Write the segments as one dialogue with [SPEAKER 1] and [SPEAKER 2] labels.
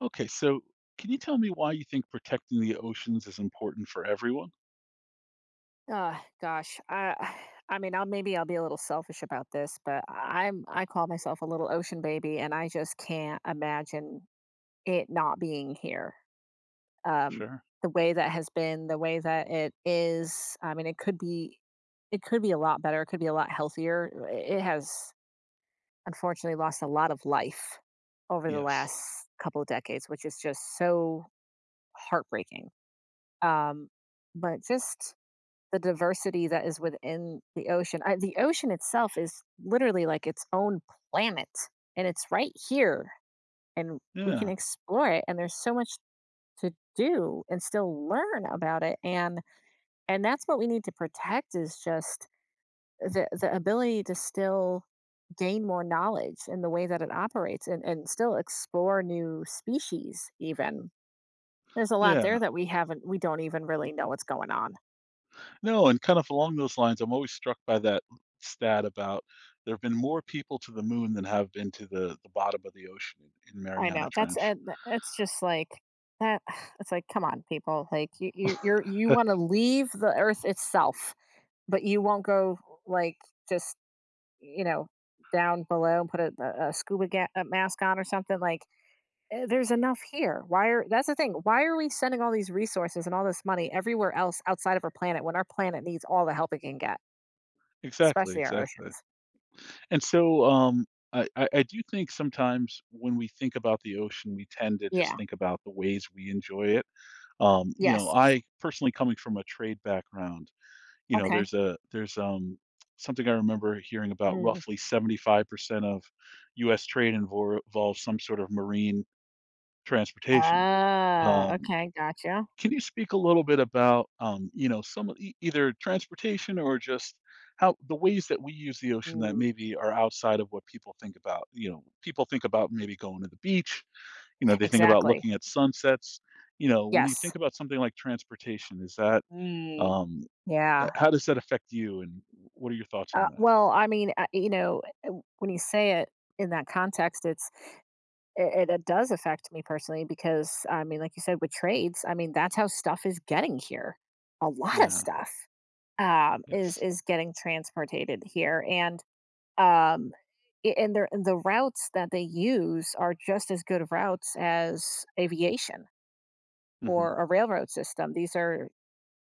[SPEAKER 1] Okay, so can you tell me why you think protecting the oceans is important for everyone?
[SPEAKER 2] Uh, gosh, I, I mean, I'll maybe I'll be a little selfish about this, but I call myself a little ocean baby, and I just can't imagine it not being here. Um,
[SPEAKER 1] Sure.
[SPEAKER 2] the way that has been, the way that it is. I mean, it could it could be a lot better. It could be a lot healthier. It has unfortunately lost a lot of life over the
[SPEAKER 1] Yes.
[SPEAKER 2] last couple of decades, which is just so heartbreaking. Um, but just the diversity that is within the ocean. I The ocean itself is literally like its own planet, and it's right here, and we can
[SPEAKER 1] Yeah.
[SPEAKER 2] explore it, and there's so much to do and still learn about it, and that's what we need to protect is just the ability to still gain more knowledge in the way that it operates and still explore new species even. There's a lot there
[SPEAKER 1] Yeah.
[SPEAKER 2] that we don't even really know what's going on.
[SPEAKER 1] No, and kind of along those lines, I'm always struck by that stat about there have been more people to the moon than have been to the bottom of the ocean in
[SPEAKER 2] I
[SPEAKER 1] Mariana
[SPEAKER 2] know. That's,
[SPEAKER 1] Trench.
[SPEAKER 2] and it's just like that. It's like, come on, people. Like you're you want to leave the Earth itself, but you won't go like just you know down below and put a scuba a mask on or something. There's enough here. Why are That's the thing. Why are we sending all these resources and all this money everywhere else outside of our planet when our planet needs all the help it can get,
[SPEAKER 1] Exactly,
[SPEAKER 2] especially our
[SPEAKER 1] exactly.
[SPEAKER 2] oceans?
[SPEAKER 1] And so I do think sometimes when we think about the ocean, we tend to just
[SPEAKER 2] Yeah.
[SPEAKER 1] think about the ways we enjoy it. You know,
[SPEAKER 2] Yes.
[SPEAKER 1] I personally, coming from a trade background, you know,
[SPEAKER 2] Okay.
[SPEAKER 1] there's something I remember hearing about
[SPEAKER 2] Mm.
[SPEAKER 1] roughly 75% of US trade involves some sort of marine transportation.
[SPEAKER 2] Ah.
[SPEAKER 1] Um,
[SPEAKER 2] Okay. Gotcha.
[SPEAKER 1] can you speak a little bit about you know, some of either transportation or just how the ways that we use the ocean that
[SPEAKER 2] Mm.
[SPEAKER 1] maybe are outside of what people think about, you know, people think about maybe going to the beach, you know, they think about
[SPEAKER 2] Exactly.
[SPEAKER 1] looking at sunsets. You know, when you
[SPEAKER 2] Yes.
[SPEAKER 1] think about something like transportation, is that
[SPEAKER 2] Mm.
[SPEAKER 1] um,
[SPEAKER 2] Yeah.
[SPEAKER 1] how does that affect you and what are your thoughts on that?
[SPEAKER 2] Well, I mean, when you say it in that context, it does affect me personally because I mean, like you said, with trades, I mean, that's how stuff is getting here. A lot of
[SPEAKER 1] Yeah.
[SPEAKER 2] stuff
[SPEAKER 1] Yes.
[SPEAKER 2] is getting transported here, and um, and the routes that they use are just as good of routes as aviation
[SPEAKER 1] Hmm.
[SPEAKER 2] or a railroad system. These are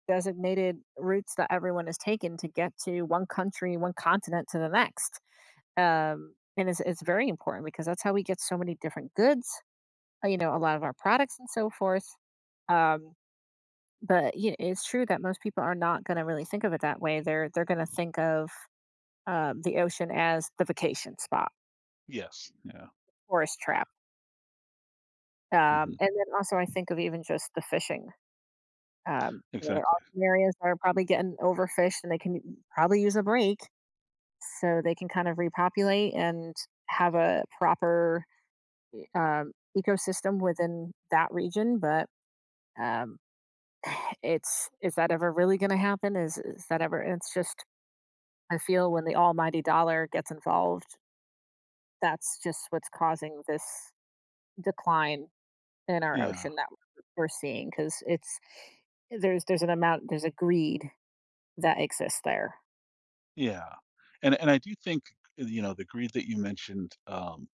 [SPEAKER 2] designated routes that everyone has taken to get to one country, one continent to the next. And it's very important because that's how we get so many different goods, you know, a lot of our products and so forth. Um, but you know, it's true that most people are not going to really think of it that way. They're going to think of the ocean as the vacation spot,
[SPEAKER 1] Yes. Yeah.
[SPEAKER 2] tourist trap,
[SPEAKER 1] Hmm.
[SPEAKER 2] and then also I think of even just the fishing. You know, there
[SPEAKER 1] Exactly.
[SPEAKER 2] are some areas that are probably getting overfished, and they can probably use a break so they can kind of repopulate and have a proper um, ecosystem within that region. But um, it's is that ever really going to happen? Is that ever? It's just I feel when the almighty dollar gets involved, that's just what's causing this decline in our
[SPEAKER 1] Yeah.
[SPEAKER 2] ocean that we're seeing because it's there's an amount there's a greed that exists there.
[SPEAKER 1] Yeah. And I do think you know, the greed that you mentioned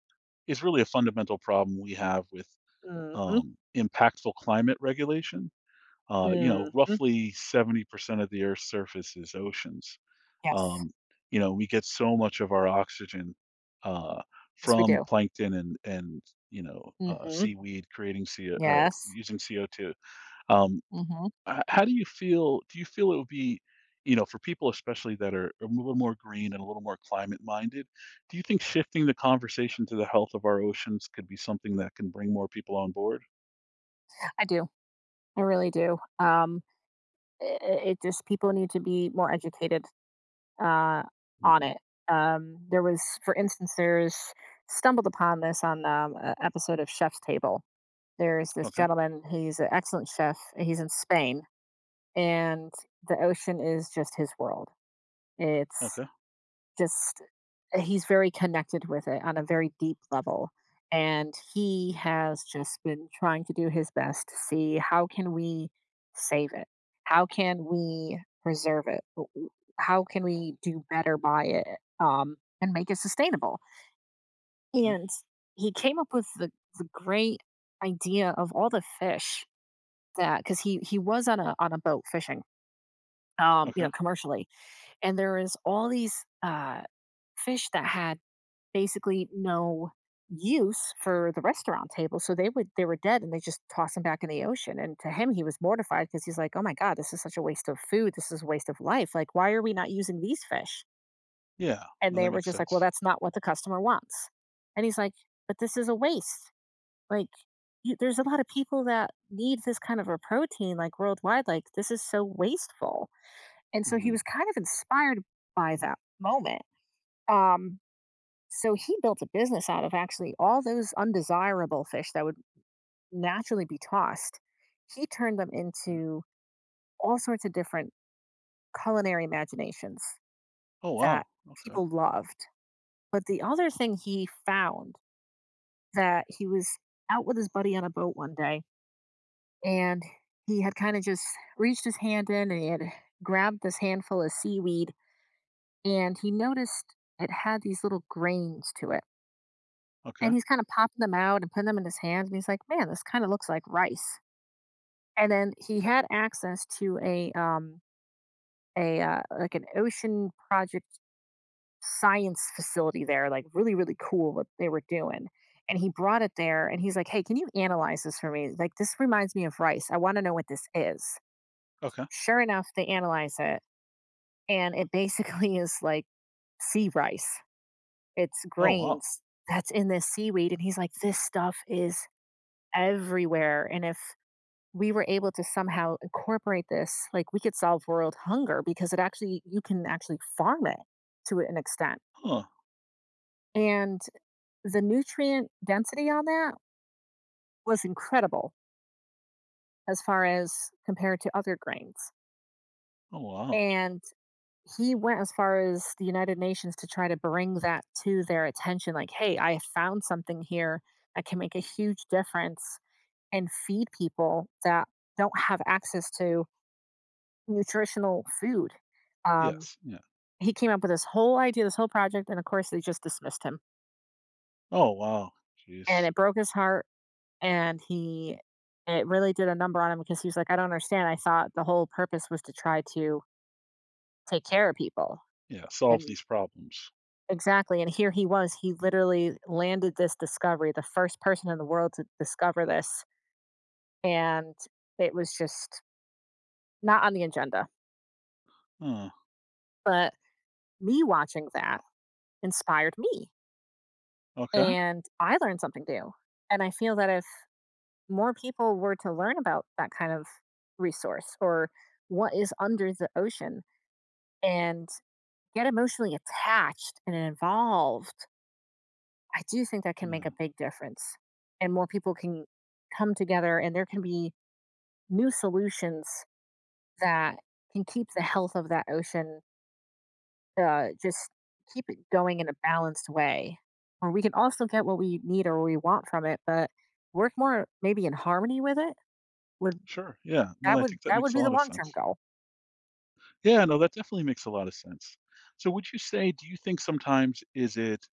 [SPEAKER 1] is really a fundamental problem we have with
[SPEAKER 2] Hmm.
[SPEAKER 1] impactful climate regulation. You know,
[SPEAKER 2] Hmm.
[SPEAKER 1] roughly 70% of the Earth's surface is oceans.
[SPEAKER 2] Yes,
[SPEAKER 1] Um, you know, we get so much of our oxygen uh,
[SPEAKER 2] yes we
[SPEAKER 1] from
[SPEAKER 2] do.
[SPEAKER 1] plankton and you know
[SPEAKER 2] Hmm.
[SPEAKER 1] seaweed creating CO or
[SPEAKER 2] Yes.
[SPEAKER 1] using CO2. Um,
[SPEAKER 2] Hmm.
[SPEAKER 1] how do you feel? Do you feel it would be, you know, for people especially that are a little more green and a little more climate minded, do you think shifting the conversation to the health of our oceans could be something that can bring more people on board?
[SPEAKER 2] I do. I really do. I- it just people need to be more educated uh, on
[SPEAKER 1] Mhm.
[SPEAKER 2] it. There was, for instance, there's stumbled upon this on an episode of Chef's Table. There's this
[SPEAKER 1] Okay.
[SPEAKER 2] gentleman. He's an excellent chef. He's in Spain, and the ocean is just his world. It's
[SPEAKER 1] Okay.
[SPEAKER 2] just he's very connected with it on a very deep level and he has just been trying to do his best to see how can we save it, how can we preserve it, how can we do better by it um, and make it sustainable,
[SPEAKER 1] Yeah.
[SPEAKER 2] and he came up with the great idea of all the fish that, because he was on a boat fishing, you
[SPEAKER 1] Okay.
[SPEAKER 2] know, commercially, and there is all these uh fish that had basically no use for the restaurant table. So they were dead and they just tossed them back in the ocean. And to him, he was mortified because he's like, "Oh my God, this is such a waste of food. This is a waste of life. Like, why are we not using these fish?"
[SPEAKER 1] Yeah.
[SPEAKER 2] And
[SPEAKER 1] No,
[SPEAKER 2] they
[SPEAKER 1] that
[SPEAKER 2] were
[SPEAKER 1] makes
[SPEAKER 2] just like, "Well,
[SPEAKER 1] sense.
[SPEAKER 2] that's not what the customer wants." And he's like, "But this is a waste. Like there's a lot of people that need this kind of a protein like worldwide. Like this is so wasteful." And so he
[SPEAKER 1] Hmm.
[SPEAKER 2] was kind of inspired by that moment. Um, so he built a business out of actually all those undesirable fish that would naturally be tossed. He turned them
[SPEAKER 1] Okay.
[SPEAKER 2] into all sorts of different culinary imaginations
[SPEAKER 1] Oh
[SPEAKER 2] that
[SPEAKER 1] wow. Okay.
[SPEAKER 2] people loved. But the other thing he found, that he was out with his buddy on a boat one day and he had kind of just reached his hand in and he had grabbed this handful of seaweed and he noticed it had these little grains to it,
[SPEAKER 1] Okay.
[SPEAKER 2] and he's kind of popping them out and putting them in his hands, and he's like, "Man, this kind of looks like rice." And then he had access to a like an ocean project science facility there, like really really cool what they were doing, and he brought it there and he's like, "Hey, can you analyze this for me? Like, this reminds me of rice. I want to know what this is."
[SPEAKER 1] Okay.
[SPEAKER 2] Sure enough, they analyze it, and it basically is like sea rice. It's
[SPEAKER 1] Oh wow.
[SPEAKER 2] grains that's in this seaweed, and he's like, "This stuff is everywhere, and if we were able to somehow incorporate this, like, we could solve world hunger because it actually, you can actually farm it to an extent."
[SPEAKER 1] Huh.
[SPEAKER 2] And the nutrient density on that was incredible as far as compared to other grains,
[SPEAKER 1] Oh, wow.
[SPEAKER 2] and he went as far as the United Nations to try to bring that to their attention, like, "Hey, I have found something here that can make a huge difference and feed people that don't have access to nutritional food." Um,
[SPEAKER 1] Yes, yeah.
[SPEAKER 2] he came up with this whole idea, this whole project, and of course they just dismissed him.
[SPEAKER 1] Oh, wow.
[SPEAKER 2] And
[SPEAKER 1] Jeez.
[SPEAKER 2] it broke his heart, and he, it really did a number on him because he was like, "I don't understand. I thought the whole purpose was to try to take care of people."
[SPEAKER 1] Yeah, solve
[SPEAKER 2] And
[SPEAKER 1] these problems.
[SPEAKER 2] exactly. And here he was. He literally landed this discovery, the first person in the world to discover this. And it was just not on the agenda.
[SPEAKER 1] Huh,
[SPEAKER 2] But me watching that inspired me.
[SPEAKER 1] okay.
[SPEAKER 2] And I learned something new. And I feel that if more people were to learn about that kind of resource or what is under the ocean and get emotionally attached and involved, I do think that can make
[SPEAKER 1] Yeah,
[SPEAKER 2] a big difference. And more people can come together and there can be new solutions that can keep the health of that ocean just keep it going in a balanced way. Or we can also get what we need or we want from it, but work more maybe in harmony with it.
[SPEAKER 1] sure, yeah. No,
[SPEAKER 2] That
[SPEAKER 1] I
[SPEAKER 2] would,
[SPEAKER 1] think that
[SPEAKER 2] that would
[SPEAKER 1] makes a
[SPEAKER 2] be the
[SPEAKER 1] lot of
[SPEAKER 2] long-term
[SPEAKER 1] sense.
[SPEAKER 2] goal.
[SPEAKER 1] Yeah, no, that definitely makes a lot of sense. So would you say, do you think sometimes is it,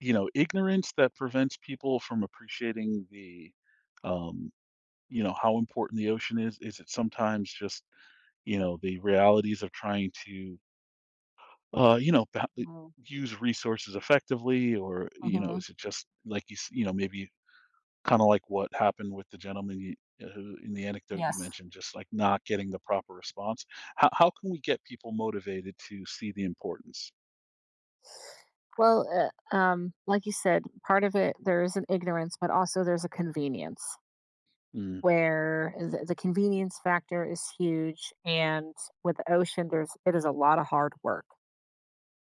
[SPEAKER 1] you know, ignorance that prevents people from appreciating the, um, you know, how important the ocean is? Is it sometimes just, you know, the realities of trying to you know,
[SPEAKER 2] No.
[SPEAKER 1] use resources effectively, or you know,
[SPEAKER 2] Mhm.
[SPEAKER 1] is it just like you, you know, maybe kind of like what happened with the gentleman you, who, in the anecdote
[SPEAKER 2] Yes.
[SPEAKER 1] you mentioned, just like not getting the proper response? How can we get people motivated to see the importance?
[SPEAKER 2] Well, like you said, part of it, there is an ignorance, but also there's a convenience
[SPEAKER 1] Mm,
[SPEAKER 2] where the convenience factor is huge. And with the ocean, there's it is a lot of hard work.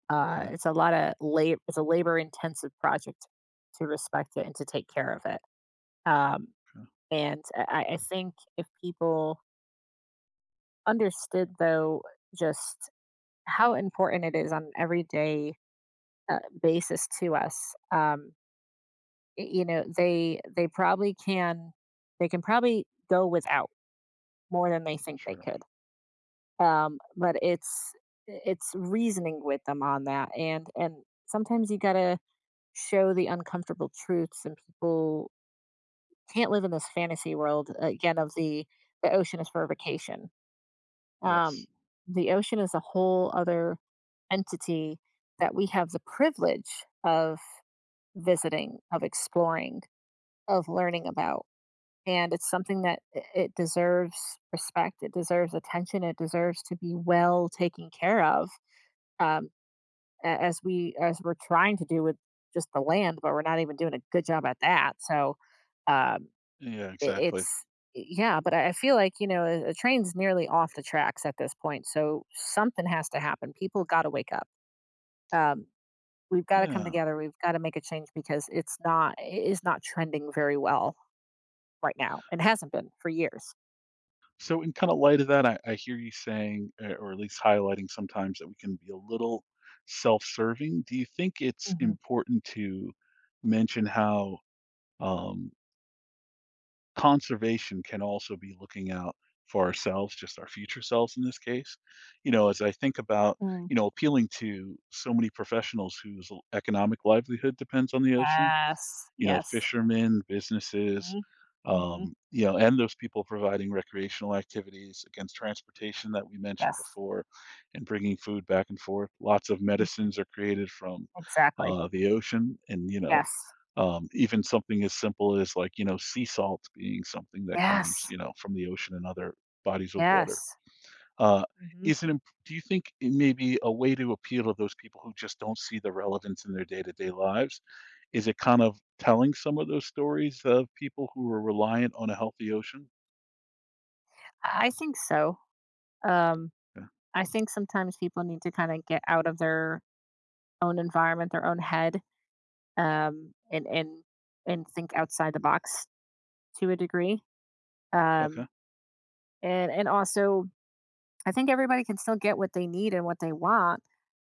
[SPEAKER 1] okay,
[SPEAKER 2] It's a lot of lab it's a labor intensive project to respect it and to take care of it. Um,
[SPEAKER 1] okay,
[SPEAKER 2] and I think if people understood though just how important it is on an everyday basis to us, you know, they probably can, they can probably go without more than they think they
[SPEAKER 1] sure,
[SPEAKER 2] could. But it's reasoning with them on that, and sometimes you gotta show the uncomfortable truths, and people can't live in this fantasy world, again, of the ocean is for a vacation. um,
[SPEAKER 1] yes,
[SPEAKER 2] the ocean is a whole other entity that we have the privilege of visiting, of exploring, of learning about, and it's something that it deserves respect, it deserves attention, it deserves to be well taken care of, um, as we as we're trying to do with just the land, but we're not even doing a good job at that. So um,
[SPEAKER 1] yeah, exactly,
[SPEAKER 2] it's yeah, but I feel like you know, a train's nearly off the tracks at this point. So something has to happen. People got to wake up. Um, we've got to come
[SPEAKER 1] yeah.
[SPEAKER 2] together. We've got to make a change because it is not trending very well right now, and hasn't been for years.
[SPEAKER 1] So, in kind of light of that, I hear you saying, or at least highlighting sometimes, that we can be a little self-serving. Do you think it's
[SPEAKER 2] Hmm.
[SPEAKER 1] important to mention how, Um, conservation can also be looking out for ourselves, just our future selves in this case. You know, as I think about,
[SPEAKER 2] Mm.
[SPEAKER 1] you know, appealing to so many professionals whose economic livelihood depends on the ocean,
[SPEAKER 2] Yes.
[SPEAKER 1] you know,
[SPEAKER 2] Yes.
[SPEAKER 1] fishermen, businesses,
[SPEAKER 2] Mm-hmm.
[SPEAKER 1] you know, and those people providing recreational activities against transportation that we
[SPEAKER 2] Yes.
[SPEAKER 1] mentioned before and bringing food back and forth. Lots of
[SPEAKER 2] Mm.
[SPEAKER 1] medicines are created from
[SPEAKER 2] Exactly.
[SPEAKER 1] the ocean and, you know,
[SPEAKER 2] Yes.
[SPEAKER 1] even something as simple as like, you know, sea salt being something that comes,
[SPEAKER 2] Yes.
[SPEAKER 1] you know, from the ocean and other bodies of water.
[SPEAKER 2] Yes.
[SPEAKER 1] Uh,
[SPEAKER 2] Mhm.
[SPEAKER 1] is it do you think it may be a way to appeal to those people who just don't see the relevance in their day-to-day lives? Is it kind of telling some of those stories of people who are reliant on a healthy ocean?
[SPEAKER 2] I think so. Um,
[SPEAKER 1] Yeah.
[SPEAKER 2] I think sometimes people need to kind of get out of their own environment, their own head, and and think outside the box to a degree. Um,
[SPEAKER 1] Okay.
[SPEAKER 2] and also, I think everybody can still get what they need and what they want,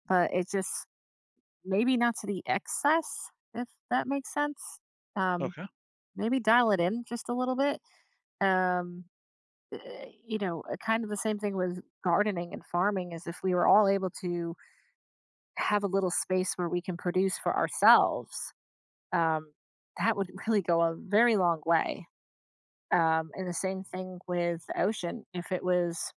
[SPEAKER 2] but it's just maybe not to the excess, if that makes sense. Um,
[SPEAKER 1] Okay.
[SPEAKER 2] maybe dial it in just a little bit. Um, Kind of the same thing with gardening and farming is if we were all able to have a little space where we can produce for ourselves, um, that would really go a very long way. And the same thing with the ocean. If it was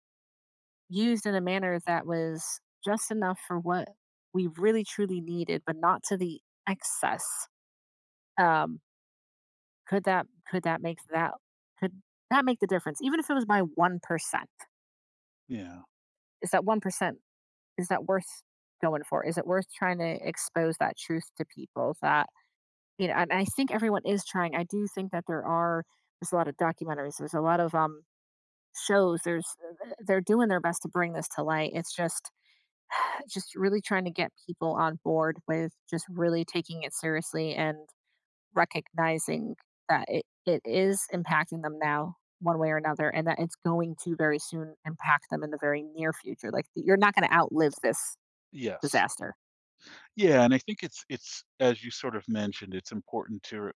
[SPEAKER 2] used in a manner that was just enough for what we really truly needed, but not to the excess, um, could that could make the difference? Even if it was by 1%,
[SPEAKER 1] Yeah.
[SPEAKER 2] is that 1%, is that worth going for? Is it worth trying to expose that truth to people that, you know, and I think everyone is trying. I do think that there are, there's a lot of documentaries, there's a lot of shows. There's They're doing their best to bring this to light. It's just just really trying to get people on board with just really taking it seriously and recognizing that it is impacting them now one way or another and that it's going to very soon impact them in the very near future. Like you're not going to outlive this
[SPEAKER 1] Yes.
[SPEAKER 2] disaster.
[SPEAKER 1] Yeah, and I think it's as you sort of mentioned, it's important to,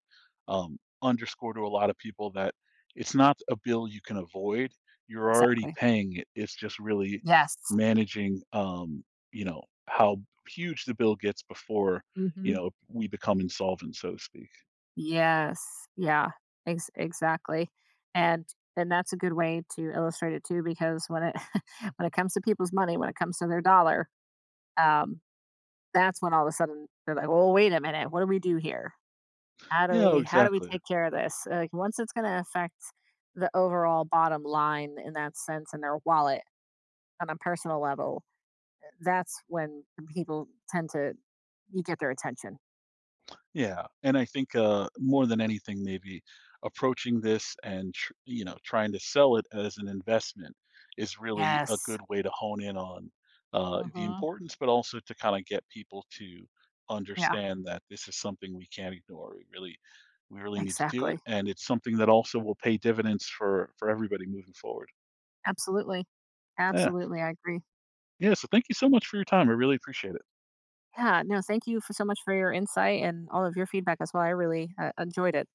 [SPEAKER 1] underscore to a lot of people that it's not a bill you can avoid. You're already
[SPEAKER 2] Exactly.
[SPEAKER 1] paying it. It's just really
[SPEAKER 2] Yes.
[SPEAKER 1] managing, you know, how huge the bill gets before, you
[SPEAKER 2] Hmm.
[SPEAKER 1] know, we become insolvent, so to speak.
[SPEAKER 2] Yes. Yeah. Exactly. And and that's a good way to illustrate it too, because when it when it comes to people's money, when it comes to their dollar, um, that's when all of a sudden they're like, "Well, wait a minute. What do we do here?
[SPEAKER 1] Yeah,
[SPEAKER 2] How do we
[SPEAKER 1] exactly.
[SPEAKER 2] take care of this?" Like once it's going to affect the overall bottom line in that sense and their wallet on a personal level, that's when people tend to, you get their attention.
[SPEAKER 1] Yeah, and I think, more than anything, maybe approaching this and tr you know, trying to sell it as an investment is really a
[SPEAKER 2] Yes.
[SPEAKER 1] good way to hone in on, the
[SPEAKER 2] Hmm.
[SPEAKER 1] importance, but also to kinda get people to
[SPEAKER 2] Yeah.
[SPEAKER 1] understand that this is something we can't ignore. We really need to do it,
[SPEAKER 2] Exactly.
[SPEAKER 1] and it's something that also will pay dividends for everybody moving forward.
[SPEAKER 2] Absolutely.
[SPEAKER 1] Yeah.
[SPEAKER 2] Absolutely, I agree.
[SPEAKER 1] Yeah, so thank you so much for your time. I really appreciate it.
[SPEAKER 2] Yeah, no, thank you for so much for your insight and all of your feedback as well. I really enjoyed it.